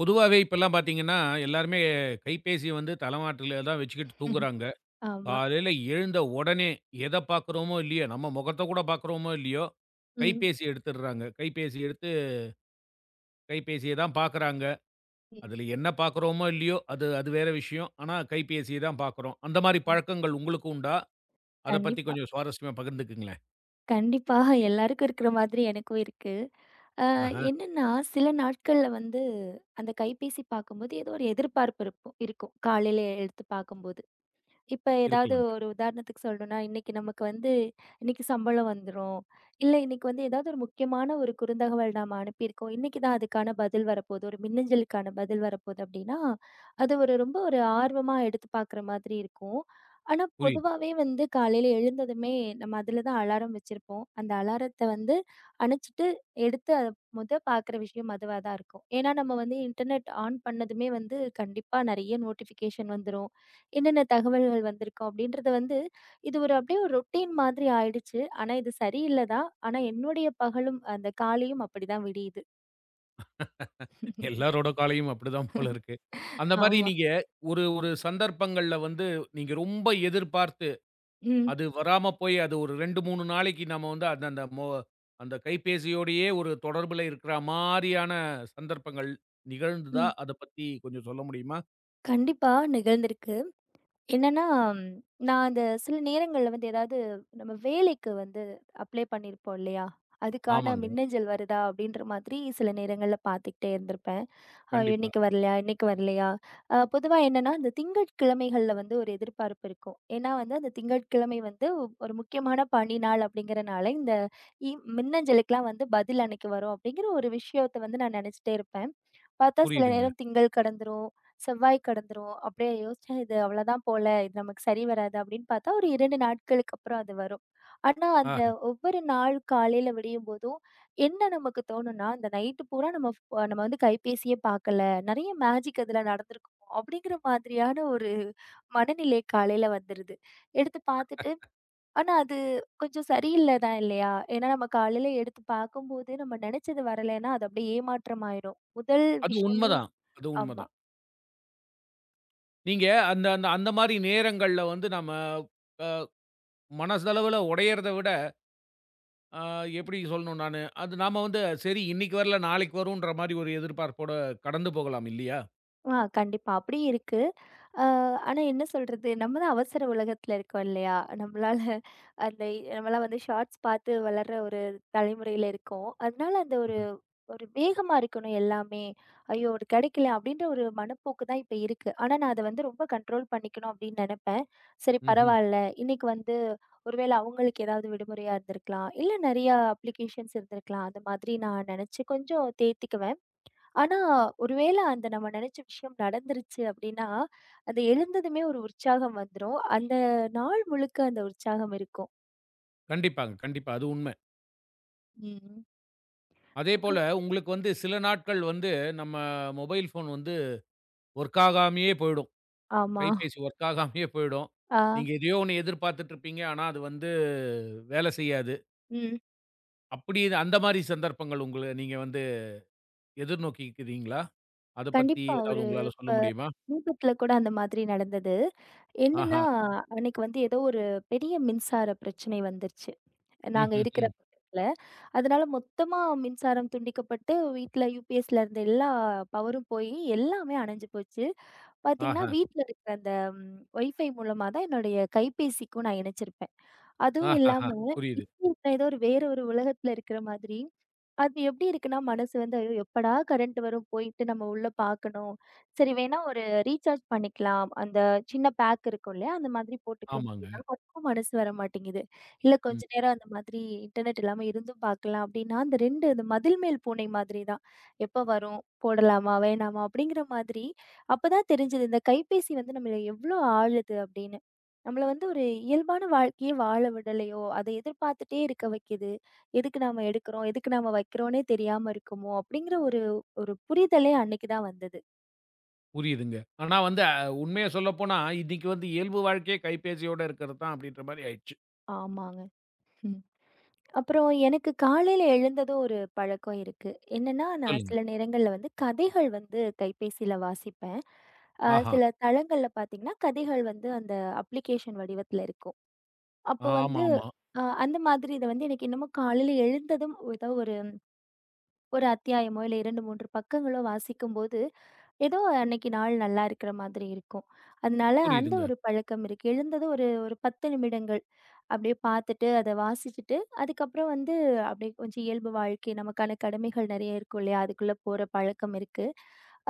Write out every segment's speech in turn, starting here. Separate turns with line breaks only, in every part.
பொதுவாவே இப்பல்லாம் பார்த்தீங்கன்னா, எல்லாருமே கைபேசிய வந்து தலைமாட்டில தான் வச்சுக்கிட்டு தூங்குறாங்க.
ஆமா.
காலையில எழுந்த உடனே எத பார்க்குறோமோ இல்லையோ, நம்ம முகத்த கூட பார்க்குறோமோ இல்லையோ,
ம்.
கைபேசி எடுத்துடுறாங்க. கைபேசி எடுத்து கைபேசிய தான் பார்க்குறாங்க.
ம்.
அதில என்ன பார்க்குறோமோ இல்லையோ, அது அது வேற விஷயம். ஆனா கைபேசிய தான் பார்க்குறோம். அந்த மாரி
ம்.
பழக்கங்கள் உங்களுக்கு உண்டா? அத பத்தி
கண்டிப்பா.
கொஞ்சம் சுவாரஸ்யமா பகிர்ந்துக்குங்களேன்.
கண்டிப்பாக எல்லாருக்கும் இருக்கிற மாதிரி எனக்கும் இருக்கு. அ
ஆஹா,
என்னன்னா, சில நாட்கள்ல வந்து அந்த கைபேசி பார்க்கும்போது ஏதோ ஒரு எதிர்பார்ப்பு இருக்கும். காலையில எடுத்து பார்க்கும்போது. இப்ப ஏதாவது
இருக்கலாங்க.
ஒரு உதாரணத்துக்கு சொல்லணும்னா, இன்னைக்கு நமக்கு வந்து இன்னைக்கு சம்பளம் வந்துரும். இல்ல இன்னைக்கு வந்து ஏதாவது ஒரு முக்கியமான ஒரு குறுந்தகவல் நாம அனுப்பியிருக்கோம். இன்னைக்கு தான் அதுக்கான பதில் வரப்போகுது. ஒரு மின்னஞ்சலுக்கான பதில் வரப்போகுது அப்படின்னா, அது ஒரு ரொம்ப ஒரு ஆர்வமா எடுத்து பார்க்குற மாதிரி இருக்கும். ஆனா
புரியுது.
பொதுவாவே வந்து காலையில எழுந்ததுமே நம்ம அதில தான் அலாரம் வச்சிருப்போம். அந்த அலாரத்த வந்து அணைச்சுட்டு எடுத்து அத மொத பார்க்குற விஷயம் அதுவா தான் இருக்கும். ஏன்னா நம்ம வந்து இன்டர்நெட் ஆன் பண்ணதுமே வந்து கண்டிப்பா நெறைய நோட்டிஃபிகேஷன் வந்துரும். என்னென்ன தகவல்கள் வந்திருக்கும் அப்படின்றது வந்து, இது ஒரு அப்படியே ஒரு ரொட்டீன் மாதிரி ஆயிடுச்சு. ஆனா இது சரியில்ல தான். ஆனா என்னுடைய பகலும், அந்த காலையும் அப்படிதான் விடியுது.
எல்லாரோட காலையும் அப்படிதான் போல இருக்கு. அந்த மாரி
ஆமா.
நீங்க ஒரு ஒரு சந்தர்ப்பங்கள்ல வந்து, நீங்க ரொம்ப எதிர்பார்த்து
ம்.
அது வராம போய், அது ஒரு 2, 3 நாளைக்கு நம்ம வந்து அந்த அந்த மொ அந்த கைபேசியோடையே ஒரு தொடர்புல இருக்கிற மாரியான சந்தர்ப்பங்கள் நிகழ்ந்ததா?
ம்.
அத பத்தி கொஞ்சம் சொல்ல முடியுமா?
கண்டிப்பா நிகழ்ந்திருக்கு. என்னன்னா, ம், நான் அந்த சில நேரங்கள்ல வந்து ஏதாவது நம்ம வேலைக்கு வந்து அப்ளை பண்ணியிருப்போம் இல்லையா? அதுக்கான
ஆமாங்க.
மின்னஞ்சல் வருதா அப்படின்ற மாதிரி சில நேரங்கள்ல பார்த்துக்கிட்டே இருந்திருப்பேன்.
கண்டிப்பா.
இன்னைக்கு வரலையா? இன்னைக்கு வரலையா? பொதுவா என்னன்னா, இந்த திங்கட்கிழமைகள்ல வந்து ஒரு எதிர்பார்ப்பு இருக்கும். ஏன்னா வந்து அந்த திங்கட்கிழமை வந்து ஒரு முக்கியமான பணி நாள் அப்படிங்கிறனால, இந்த இ மின்னஞ்சலுக்குலாம் வந்து பதில் அன்னைக்கு வரும் அப்படிங்கிற ஒரு விஷயத்த வந்து நான் நெனச்சுட்டே இருப்பேன். பார்த்தா சில
புரியுதுங்க.
நேரம் திங்கள் கடந்துரும், செவ்வாய் கடந்துரும். அப்படியே யோசிச்சேன் இது அவ்வளோதான் போல, இது நமக்கு சரி வராது அப்படின்னு பார்த்தா, ஒரு 2 நாட்களுக்கு அப்புறம் அது வரும். ஆனா அந்த
ஆஹ.
ஒவ்வொரு நாள் காலையில விடியும்போதும் என்ன நமக்கு தோணும்னா, இந்த நைட்டு பூரா நம்ம வந்து கைபேசியே பார்க்கல. நெறைய மேஜிக் அதுல நடந்திருக்கும். அப்படிங்கிற மாதிரியான ஒரு மனநிலை காலையில வந்துருது. எடுத்து பார்த்துட்டு ஆனா அது கொஞ்சம் சரியில்ல தான் இல்லையா? ஏன்னா நம்ம காலையில எடுத்து பார்க்கும்போது, நம்ம நெனைச்சது வரலைன்னா, அது அப்படியே ஏமாற்றமாயிரும். முதல்
அது
விஷயமே
உண்மதான். அது
ஆமா.
உண்மதான். நீங்க அந்த அந்த அந்த மாரி நேரங்கள்ல வந்து நம்ம அ மனசளவுல உடையறத விட, அ எப்படி சொல்லணும் நானு? அது நாம வந்து சரி இன்னைக்கு வரல, நாளைக்கு வரும்ன்ற மாரி ஒரு எதிர்பார்ப்போட கடந்து போகலாம் இல்லையா?
ஆ கண்டிப்பா. அப்படி இருக்கு. அ ஆனா என்ன சொல்றது? நம்ம தான் அவசர உலகத்துல இருக்கோம் இல்லையா? நம்மளால அந்த நம்மலாம் வந்து ஷார்ட்ஸ் பார்த்து வளர்ற ஒரு தலைமுறையில இருக்கோம். அதனால அந்த ஒரு ஒரு வேகமா இருக்கணும் எல்லாமே. ஐயோ! ஒரு கிடைக்கல அப்படின்ற ஒரு மனப்போக்கு தான் இப்ப இருக்கு. ஆனா நான் அத வந்து ரொம்ப கண்ட்ரோல் பண்ணிக்கணும் அப்படின்னு நெனைப்பேன். சரி
ம்ஹ்ம்.
பரவால்ல. இன்னைக்கு வந்து ஒருவேளை அவங்களுக்கு ஏதாவது விடுமுறையா இருந்திருக்கலாம். இல்ல நெறையா அப்ளிகேஷன்ஸ் இருந்திருக்கலாம். அந்த மாதிரி நான் நெனைச்சு கொஞ்சம் தேத்திக்குவேன். ஆனா, ஒருவேள அந்த நம்ம நெனச்ச விஷயம் நடந்துருச்சு அப்டின்னா, அந்த எழுந்ததுமே ஒரு உற்சாகம் வந்துரும். அந்த நாள் முழுக்க அந்த உற்சாகம் இருக்கும்.
கண்டிப்பாங்க. கண்டிப்பா. அது உண்ம.
ம்.
அதேபோல,
அப்புறம்
உங்களுக்கு வந்து சில நாட்கள் வந்து நம்ம மொபைல் ஃபோன் வந்து ஒர்க் ஆகாமயே போயிடும்.
ஆமா.
கைபேசி ஒர்க் ஆகாமயே போயிடும்.
ஆ,
நீங்க எதையோ ஒண்ணு எதிர்பார்த்துட்டு இருப்பீங்க. ஆனா, அது வந்து வேலை செய்யாது.
ம்.
அந்த மாரி சந்தர்ப்பங்கள் உங்கள நீங்க வந்து எதிர்நோக்கிக்கிறீங்களா? அத பத்தி
கண்டிப்பா. ஒரு
ஏதாவது உங்களால
இப்ப
சொல்ல முடியுமா?
சமீபத்துல கூட அந்த மாதிரி நடந்தது. என்னன்னா,
ஆஹா.
அன்னைக்கு வந்து ஏதோ ஒரு பெரிய மின்சார பிரச்சனை வந்துருச்சு. நாங்க இருக்கிற
ம்ஹ்ஹ்ம்.
பக்கத்துல. அதனால மொத்தமா மின்சாரம் துண்டிக்கப்பட்டு, வீட்ல யுபிஎஸ்ல இருந்த எல்லா பவரும் போயி, எல்லாமே அணைஞ்சு போச்சு. பாத்தீங்கன்னா,
ஆஹா.
வீட்ல இருக்கிற அந்த ஒய்ஃபை மூலமா தான் என்னுடைய கைபேசிக்கும் நான் இணைச்சிருப்பேன். அதுவும்
ஆஹஹா.
இல்லாம
புரியுது.
இப்போ இருக்கிற ஏதோ ஒரு வேற ஒரு உலகத்துல இருக்கிற மாதிரி அது எப்படி இருக்குன்னா, மனசு வந்து ஐயோ! எப்படா கரண்ட் வரும்? போயிட்டு நம்ம உள்ள பார்க்கணும். சரி வேணா ஒரு ரீசார்ஜ் பண்ணிக்கலாம். அந்த சின்ன பேக் இருக்கும் இல்லையா? அந்த மாதிரி போட்டுக்கலாம்
ஆமாங்க.
அப்படின்னா, அதுக்கும் மனசு வர மாட்டேங்குது. இல்ல கொஞ்ச
ம்.
நேரம் அந்த மாதிரி இன்டர்நெட் இல்லாம இருந்தும் பார்க்கலாம் அப்படின்னா, அந்த 2 இந்த மதில் மேல் பூனை மாதிரி தான். எப்ப வரும்? போடலாமா? வேணாமா? அப்படிங்கிற மாதிரி அப்பதான் தெரிஞ்சது. இந்த கைபேசி வந்து நம்மள எவ்ளோ ஆளுது அப்படின்னு. நம்மள வந்து ஒரு இயல்பான வாழ்க்கையே வாழ விடலையோ! அத எதிர்பார்த்துட்டே இருக்க வைக்குது. எதுக்கு நாம எடுக்கிறோம்? எதுக்கு நாம வைக்கிறோன்னே தெரியாம இருக்குமோ! அப்பிடிங்கிற ஒரு ஒரு புரிதலே அன்னக்கி தான் வந்தது.
புரியுதுங்க. ஆனா வந்து உண்மைய சொல்லப்போனா, இன்னைக்கு வந்து இயல்பு வாழ்க்கையே கைபேசியோட இருக்கிறது தான் அப்படின்ற மாரி ஆயிடுச்சு.
ஆமாங்க. ம். அப்புறம் எனக்கு காலையில எழுந்ததும் ஒரு பழக்கம் இருக்கு. என்னன்னா, நான்
சொல்லுங்க.
சில நேரங்கள்ல வந்து கதைகள் வந்து கைபேசியில வாசிப்பேன்.
ஆஹா.
சில தளங்கள்ல பார்த்தீங்கன்னா, கதைகள் வந்து அந்த அப்ளிகேஷன் வடிவத்தில இருக்கும். அப்போ வந்து
ஆமாமா.
அந்த மாதிரி இத வந்து எனக்கு என்னமோ காலையில எழுந்ததும் ஏதோ ஒரு ஒரு அத்தியாயமோ! இல்ல 2, 3 பக்கங்களோ வாசிக்கும்போது ஏதோ அன்னைக்கு நாள் நல்லா இருக்கிற மாதிரி இருக்கும். அதனால அந்த
புரியுதுங்க.
ஒரு பழக்கம் இருக்கு. எழுந்ததும் ஒரு ஒரு 10 நிமிடங்கள் அப்படியே பார்த்துட்டு, அத வாசிச்சுட்டு, அதுக்கப்புறம் வந்து அப்படியே கொஞ்சம் இயல்பு வாழ்க்கை நமக்கான கடமைகள் நெறைய இருக்கும் இல்லையா? அதுக்குள்ள போற பழக்கம் இருக்கு.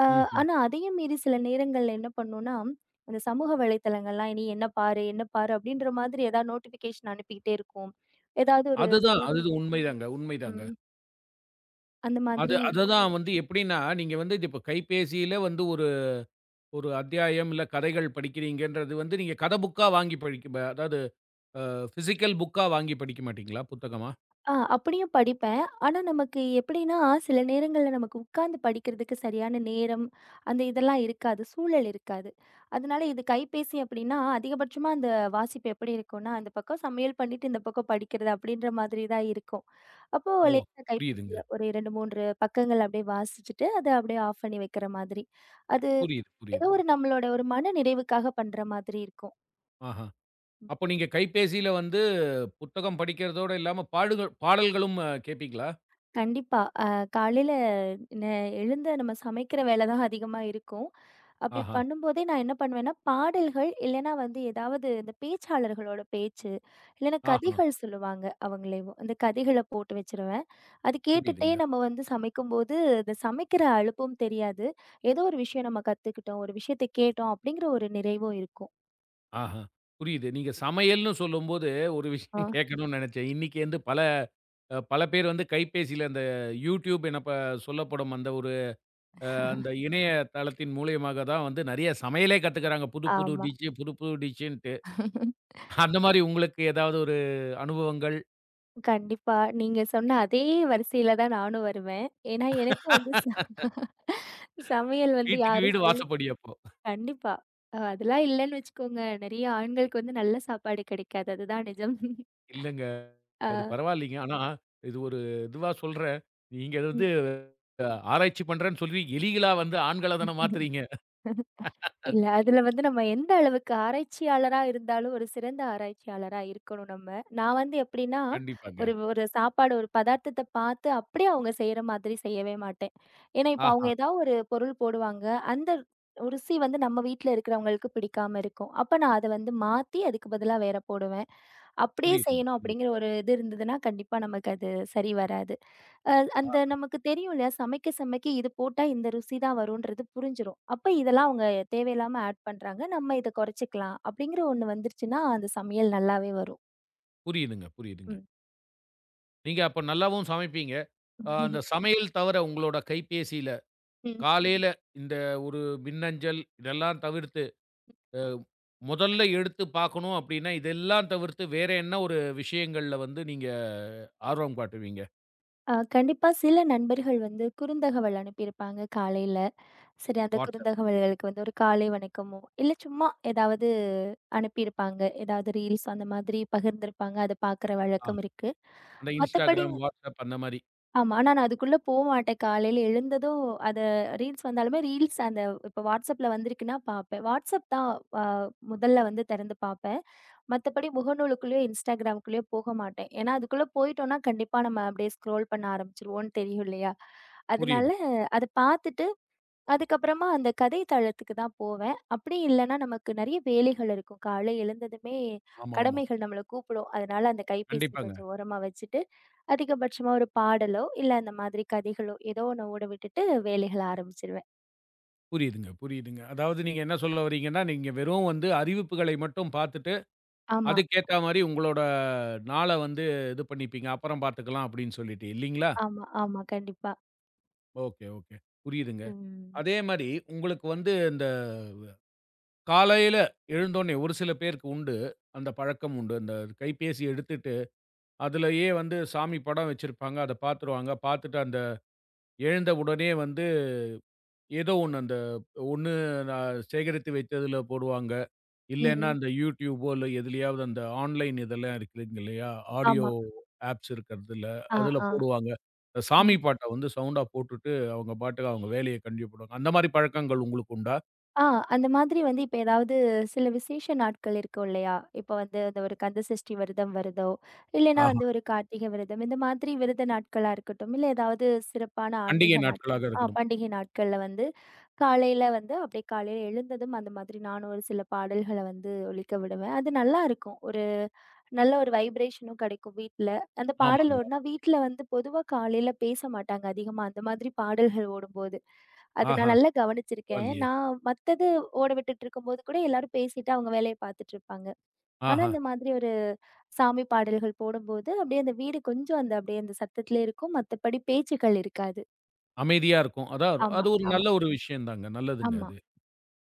அ
ம்ஹ்ம்.
ஆனா அதையும் மீறி சில நேரங்கள்ல என்ன பண்ணும்னா, இந்த சமூக வலைத்தளங்கள்லாம் "நீ என்ன பாரு, என்ன பாரு" அப்படின்ற மாதிரி ஏதாவது நோட்டிஃபிகேஷன் அனுப்பிக்கிட்டே இருக்கும். ஏதாவது ஒரு
அதுதான்.
செய்தி
அது உண்மைதாங்க, உண்மைதாங்க.
ம் அந்த
அது
மாதிரி
அததான் வந்து எப்படின்னா, நீங்க வந்து இது இப்ப கைபேசியில வந்து ஒரு ஒரு அத்தியாயம், இல்ல கதைகள் படிக்கிறீங்கன்றது வந்து நீங்க கதை புக்கா வாங்கி படிக்க ப அதாவது அ பிசிக்கல் புக்கா வாங்கி படிக்க மாட்டீங்களா? புத்தகமா?
ஆ அப்படியும் படிப்பேன். ஆனா, நமக்கு எப்படின்னா, சில நேரங்கள்ல நமக்கு உட்கார்ந்து படிக்கிறதுக்கு சரியான நேரம், அந்த இதெல்லாம் இருக்காது. சூழல் இருக்காது. அதனால இது கைபேசி அப்படின்னா, அதிகபட்சமா அந்த வாசிப்பு எப்படி இருக்கும்னா, அந்த பக்கம் சமையல் பண்ணிட்டு, இந்த பக்கம் படிக்கிறது அப்படின்ற மாதிரி தான் இருக்கும். அப்போ
ஓ!
லேசா
புரியுதுங்க.
கைபேசியில ஒரு 2, 3 பக்கங்கள் அப்படியே வாசிச்சுட்டு, அத அப்படியே ஆஃப் பண்ணி வைக்கிற மாதிரி. அது
புரியுது,
ஏதோ
புரியுது.
ஒரு நம்மளோட ஒரு மன நிறைவுக்காக பண்ற மாதிரி இருக்கும்.
ஆஹா. அப்போ நீங்க கைபேசியில வந்து புத்தகம் படிக்கிறதோட இல்லாம பாடுகள் பாடல்களும் கேட்பீங்களா?
கண்டிப்பா. காலையில ந எழுந்த நம்ம சமைக்கிற வேலை தான் அதிகமா இருக்கும். அப்படி
ஆஹா,
பண்ணும்போதே நான் என்ன பண்ணுவேன்னா, பாடல்கள் இல்லைன்னா வந்து ஏதாவது இந்த பேச்சாளர்களோட பேச்சு, இல்லைன்னா
ஆஹா.
கதைகள் சொல்லுவாங்க அவங்களேவும். அந்த கதைகள போட்டு வச்சுருவேன். அது கேட்டுட்டே
புரியுதுங்க.
நம்ம வந்து சமைக்கும்போது, அந்த சமைக்கிற அலுப்பும் தெரியாது. ஏதோ ஒரு விஷயம் நம்ம கத்துக்கிட்டோம், ஒரு விஷயத்த கேட்டோம் அப்படிங்கிற ஒரு நிறைவும் இருக்கும்.
ஆஹா. புரியுது. நீங்க சமையல்ன்னு சொல்லும்போது ஒரு
ஆ.
விஷயம் கேட்கணும்னு நெனச்சேன். இன்னைக்கு வந்து பல பேர் வந்து கைபேசியில அந்த YouTube என ப சொல்லப்படும் அந்த ஒரு அந்த இணையதளத்தின் மூலியமாக தான் வந்து நெறைய சமையலே கத்துக்கிறாங்க. புது புது
ஆமா.
டிஷ் புது புது டிஷ்ன்ட்டு. அந்த மாரி உங்களுக்கு ஏதாவது ஒரு அனுபவங்கள்?
கண்டிப்பா. நீங்க சொன்ன அதே வரிசையில தான் நானும் வருவேன். ஏன்னா எனக்கும் வந்து சமையல் வந்து
வீட்டுக்கு
யாரும்
வீடு
சொல்லி
வாசப்படி அப்போ.
கண்டிப்பா. அதெல்லாம் இல்லன்னு வச்சுக்கோங்க, நெறைய ஆண்களுக்கு வந்து நல்ல சாப்பாடு கிடைக்காது. அதுதான் நிஜம்.
இல்லங்க. அது
ஆ.
பரவாயில்லைங்க. ஆனா இது ஒரு இதுவா சொல்றேன். நீங்க அது வந்து ஆராய்ச்சி பண்றேன்னு சொல்லி எலிகளா வந்து ஆண்கள தான
ம்.
மாத்துறீங்க.
இல்ல. அதுல வந்து நம்ம எந்த அளவுக்கு ஆராய்ச்சியாளரா இருந்தாலும், ஒரு சிறந்த ஆராய்ச்சியாளரா இருக்கணும் நம்ம. நான் வந்து எப்படின்னா,
கண்டிப்பாங்க.
ஒரு ஒரு சாப்பாடு ஒரு பதார்த்தத்த பார்த்து அப்படியே அவங்க செய்ற மாதிரி செய்யவே மாட்டேன். ஏன்னா, இப்ப அவங்க
ஆஹா.
ஏதாவது ஒரு பொருள் போடுவாங்க. அந்த ருசி வந்து நம்ம வீட்ல இருக்கிறவங்களுக்கு பிடிக்காம இருக்கும். அப்ப நான் அத வந்து மாத்தி அதுக்கு பதிலா வேற போடுவேன். அப்படியே
புரியுதுங்க.
செய்யணும்
புரியுது.
அப்படிங்கிற ஒரு இது இருந்ததுன்னா, கண்டிப்பா நமக்கு அது சரி வராது. அ அந்த நமக்கு தெரியும் இல்லையா? சமைக்க சமைக்க இது போட்டா இந்த ருசி தான் வரும்ன்றது புரிஞ்சிரும். அப்ப இதெல்லாம் அவங்க தேவையில்லாம ஆட் பண்றாங்க. நம்ம இத குறைச்சுக்கலாம் அப்படிங்கிற ஒண்ணு வந்துருச்சுன்னா, அந்த சமையல் நல்லாவே வரும்.
புரியுதுங்க, புரியுதுங்க.
ம்.
நீங்க அப்ப நல்லாவும் சமைப்பீங்க. அந்த சமையல் தவிர உங்களோட கைபேசியில,
ம்.
காலையில இந்த ஒரு மின்னஞ்சல் இதெல்லாம் தவிர்த்து, அ முதல்ல எடுத்து பார்க்கணும் அப்படின்னா, இதெல்லாம் தவிர்த்து வேற என்ன ஒரு விஷயங்கள்ல வந்து நீங்க ஆர்வம் காட்டுவீங்க?
கண்டிப்பா சில நண்பர்கள் வந்து குறுந்தகவல் அனுப்பியிருப்பாங்க காலையில. சரி அந்த
WhatsApp
குறுந்தகவல்களுக்கு வந்து ஒரு காலை வணக்கமோ, இல்ல சும்மா ஏதாவது அனுப்பியிருப்பாங்க. ஏதாவது ரீல்ஸ் அந்த மாதிரி பகிர்ந்திருப்பாங்க. அத பார்க்குற
ஆ
வழக்கம் இருக்கு.
அந்த
மத்தபடி
Instagram, WhatsApp அந்த மாரி.
ஆமா. ஆனா நான் அதுக்குள்ள போமாட்டேன். காலையில எழுந்ததும் அத ரீல்ஸ் வந்தாலுமே ரீல்ஸ் அந்த இப்ப WhatsAppல வந்திருக்குன்னா பார்ப்பேன். WhatsApp தான் அ முதல்ல வந்து திறந்து பார்ப்பேன். மத்தபடி முகநூலுக்குள்ளயோ, Instagramக்குள்ளயோ போக மாட்டேன். ஏன்னா அதுக்குள்ள போயிட்டோம்னா, கண்டிப்பா நம்ம அப்படியே ஸ்க்ரோல் பண்ண ஆரம்பிச்சுருவோம்ன்னு தெரியும் இல்லையா? அதனால
புரியுது.
அத பார்த்துட்டு அதுக்கப்புறமா அந்த கதை தளத்துக்கு தான் போவேன். அப்படி இல்லன்னா, நமக்கு நெறைய வேலைகள் இருக்கும். காலை எழுந்ததுமே
ஆமா, ஆமா.
கடமைகள் நம்மள கூப்பிடும். அதனால அந்த கைபேசி
கண்டிப்பாங்க.
கொஞ்சம் ஓரமா வச்சுட்டு, அதிகபட்சமா ஒரு பாடலோ, இல்ல அந்த மாதிரி கதைகளோ ஏதோ ஒண்ண ஓட விட்டுட்டு வேலைகள ஆரம்பிச்சுருவேன்.
புரியுதுங்க, புரியுதுங்க. அதாவது நீங்க என்ன சொல்ல வரீங்கன்னா, நீங்க வெறும் வந்து அறிவிப்புகளை மட்டும் பார்த்துட்டு,
ஆமா,
அதுக்கேத்த மாரி உங்களோட நாள வந்து இது பண்ணிப்பீங்க. அப்புறம் பார்த்துக்கலாம் அப்படின்னு சொல்லிட்டு இல்லீங்களா?
ஆமா, ஆமா. கண்டிப்பா.
Okay, okay. புரியுதுங்க.
ம்.
அதே மாரி உங்களுக்கு வந்து இந்த காலையில எழுந்தோனே ஒரு சில பேருக்கு உண்டு. அந்த பழக்கம் உண்டு. அந்த கைபேசி எடுத்துட்டு, அதுலயே வந்து சாமி படம் வச்சிருப்பாங்க. அத பார்த்துருவாங்க. பார்த்துட்டு அந்த எழுந்த உடனே வந்து ஏதோ ஒண்ணு நான் சேகரித்து வைத்ததுல போடுவாங்க. இல்லன்னா,
ம்.
அந்த YouTubeஓ இல்ல எதுலயாவது அந்த ஆன்லைன் இதெல்லாம் இருக்குதுங்க இல்லையா? ஆடியோ
ஆமா.
ஆப்ஸ் இருக்கிறதுல,
ஆ,
அதுல
ஆ.
போடுவாங்க. இந்த சாமி
ம்.
பாட்ட வந்து சவுண்டா போட்டுட்டு, அவங்க பாட்டுக்கு அவங்க வேலைய கண்டினியூ பண்ணுவாங்க. அந்த மாரி பழக்கங்கள் உங்களுக்கு உண்டா?
ஆ, அந்த மாதிரி வந்து இப்ப ஏதாவது சில விசேஷ நாட்கள் இருக்கும் இல்லையா? இப்ப வந்து அந்த ஒரு கந்த சஷ்டி விரதம் வருதோ, இல்லைன்னா
ஆஹா.
வந்து ஒரு கார்த்திகை விரதம், இந்த மாதிரி விரத நாட்களா இருக்கட்டும், இல்ல ஏதாவது சிறப்பான
பண்டிகை
ஆன்மீக
நாட்களாக
ஆ
இருக்கட்டும்.
பண்டிகை நாட்கள்ல வந்து காலையில வந்து அப்படியே காலையில எழுந்ததும் அந்த மாதிரி நானும் ஒரு சில பாடல்கள வந்து ஒலிக்க விடுவேன். அது நல்லாருக்கும். ஒரு நல்ல ஒரு வைப்ரேஷனும் கிடைக்கும் வீட்ல. அந்த பாடல்
ஆமாங்க.
ஓடுனா வீட்ல வந்து பொதுவா காலையில பேச மாட்டாங்க அதிகமா, அந்த மாதிரி பாடல்கள் ஓடும்போது. அத நான்
ஆஹா,
நல்லா கவனிச்சிருக்கேன்.
பரவாயில்லையே!
நான் மத்தது ஓட விட்டுட்டு இருக்கும்போது கூட எல்லாரும் பேசிட்டு அவங்க வேலைய பார்த்துட்டு இருப்பாங்க. ஆனா
ஆஹா.
இந்த மாதிரி ஒரு சாமி பாடல்கள் போடும்போது, அப்படியே அந்த வீடு கொஞ்சம் அந்த அப்படியே அந்த சத்தத்திலே இருக்கும். மத்தபடி பேச்சுக்கள் இருக்காது.
அமைதியா இருக்கும். அதான்
ஆமா,
அது ஒரு
ஆமா,
நல்ல ஒரு விஷயம் தாங்க. நல்லதுங்க
ஆமா.
அது.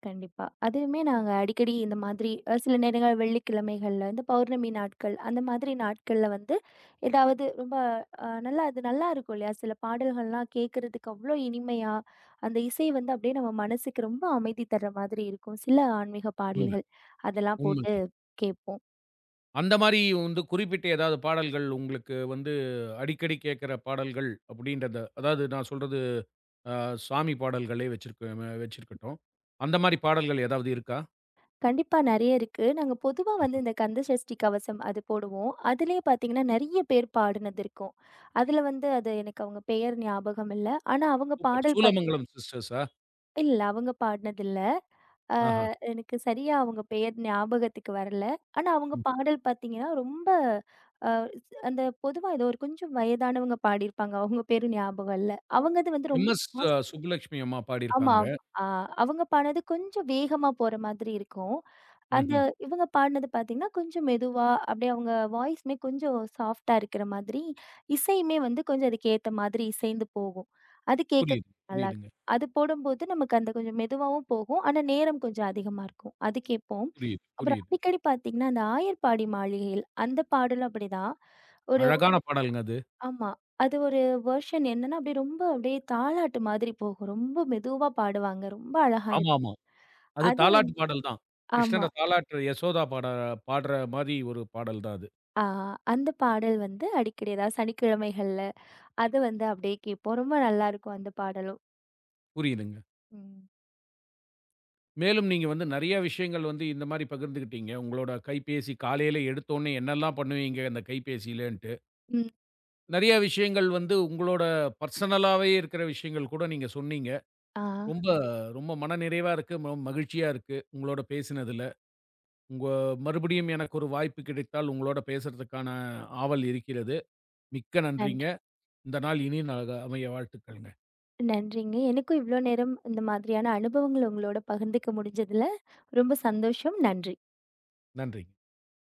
கண்டிப்பா. அதுவுமே நாங்க அடிக்கடி இந்த மாதிரி சில நேரங்கள் வெள்ளிக்கிழமைகள்ல இந்த பௌர்ணமி நாட்கள், அந்த மாதிரி நாட்கள்ல வந்து ஏதாவது ரொம்ப நல்லா அது நல்லாருக்கும் இல்லையா? சில பாடல்கள்லாம் கேட்கறதுக்கு அவ்ளோ இனிமையா, அந்த இசை வந்து அப்படியே நம்ம மனசுக்கு ரொம்ப அமைதி தர்ற மாதிரி இருக்கும். சில ஆன்மீக
உண்ம,
பாடல்கள் அதெல்லாம்
உண்மங்க.
போட்டு கேட்போம்.
அந்த மாரி வந்து குறிப்பிட்ட ஏதாவது பாடல்கள் உங்களுக்கு வந்து அடிக்கடி கேட்கிற பாடல்கள் அப்படின்றத அதாவது நான் சொல்றது அ சாமி பாடல்களே வச்சிருக்கட்டும். அந்த மாரி பாடல்கள் ஏதாவது இருக்கா?
கண்டிப்பா நெறைய இருக்கு. நாங்க பொதுவா வந்து இந்த கந்த சஷ்டி கவசம் அது போடுவோம். அதிலயே பார்த்தீங்கன்னா, நெறைய பேர் பாடுனது இருக்கும். அதுல வந்து அது எனக்கு அவங்க பெயர் ஞாபகம் இல்ல. ஆனா அவங்க
சூப்பர்.
பாடல் பாத்தீங்கன்னா
சூலமங்கலம் சிஸ்டர்ஸா?
இல்ல. அவங்க பாடுனதில்ல. அ
ஆஹா.
எனக்கு சரியா அவங்க பெயர் ஞாபகத்துக்கு வரல. ஆனா அவங்க
ம்.
பாடல் பார்த்தீங்கன்னா, ரொம்ப அ அந்த பொதுவா ஏதோ ஒரு கொஞ்சம் வயதானவங்க பாடியிருப்பாங்க. அவங்க பேரும் ஞாபகம் இல்ல. அவங்கது வந்து ரொம்ப
எம்.எஸ்.
ஃபாஸ்ட்
சுப்புலட்சுமி அம்மா
ஆமா. ஆமா.
பாடியிருக்காங்க.
ஆ அவங்க பாடுனது கொஞ்சம் வேகமா போற மாதிரி இருக்கும். அந்த
ம்ஹ்ம்.
இவங்க பாடுனது பார்த்தீங்கன்னா, கொஞ்சம் மெதுவா, அப்படியே அவங்க வாய்ஸுமே கொஞ்சம் சாஃப்ட்டா இருக்கிற மாதிரி, இசையுமே வந்து கொஞ்சம் அதுக்கு ஏத்த மாதிரி இசைந்து போகும். அது கேட்க
புரியுது,
நல்லா இருக்கும்.
புரியுதுங்க.
அது போடும்போது நமக்கு அந்த கொஞ்சம் மெதுவாவும் போகும். ஆனா, நேரம் கொஞ்சம் அதிகமா இருக்கும். அது கேட்போம்.
புரியுது,
அப்புறம்
புரியுது.
அடிக்கடி பார்த்தீங்கன்னா, அந்த "ஆயர்பாடி மாளிகையில்" அந்த பாடலும் அப்படிதான். ஒரு
அழகான பாடல்ங்க அது.
ஆமா. அது ஒரு வெர்ஷன் என்னன்னா, அப்படியே ரொம்ப அப்படியே தாலாட்டு மாதிரி போகும். ரொம்ப மெதுவா பாடுவாங்க. ரொம்ப அழகா இருக்கும்.
ஆமாமா. அது
அது
தாலாட்டு பாடல் தான்.
ஆமா.
கிருஷ்ணர தாலாட்டு யசோதா பாடுற மாரி ஒரு பாடல் தான் அது.
ஆ அந்த பாடல் வந்து அடிக்கடி ஏதாவது சனிக்கிழமைகள்ல, அது வந்து அப்படியே கேட்போம். ரொம்ப நல்லாருக்கும் அந்த பாடலும்.
புரியுதுங்க.
ம்.
மேலும் நீங்க வந்து நெறைய விஷயங்கள் வந்து இந்த மாரி பகிர்ந்துக்கிட்டீங்க. உங்களோட கைபேசி காலையில எடுத்தோனே என்னலாம் பண்ணுவீங்க அந்த கைபேசியிலன்ட்டு.
ம்.
நெறைய விஷயங்கள் வந்து உங்களோட பர்சனலாவே இருக்கிற விஷயங்கள் கூட நீங்க சொன்னீங்க.
ஆ
ரொம்ப ரொம்ப மனநிறைவா இருக்கு. மகிழ்ச்சியா இருக்கு. உங்களோட பேசினதுல. உங்க மறுபடியும் எனக்கு ஒரு வாய்ப்பு கிடைத்தால் உங்களோட பேசுறதுக்கான ஆவல் இருக்கிறது. மிக்க நன்றிங்க.
நன்றி
இந்த நாள் இனிய நாளாக அமைய வாழ்த்துக்கள்ங்க.
நன்றிங்க. எனக்கும் இவ்ளோ நேரம் இந்த மாதிரியான அனுபவங்கள உங்களோட பகிர்ந்துக்க முடிஞ்சதுல ரொம்ப சந்தோஷம். நன்றி.
நன்றி.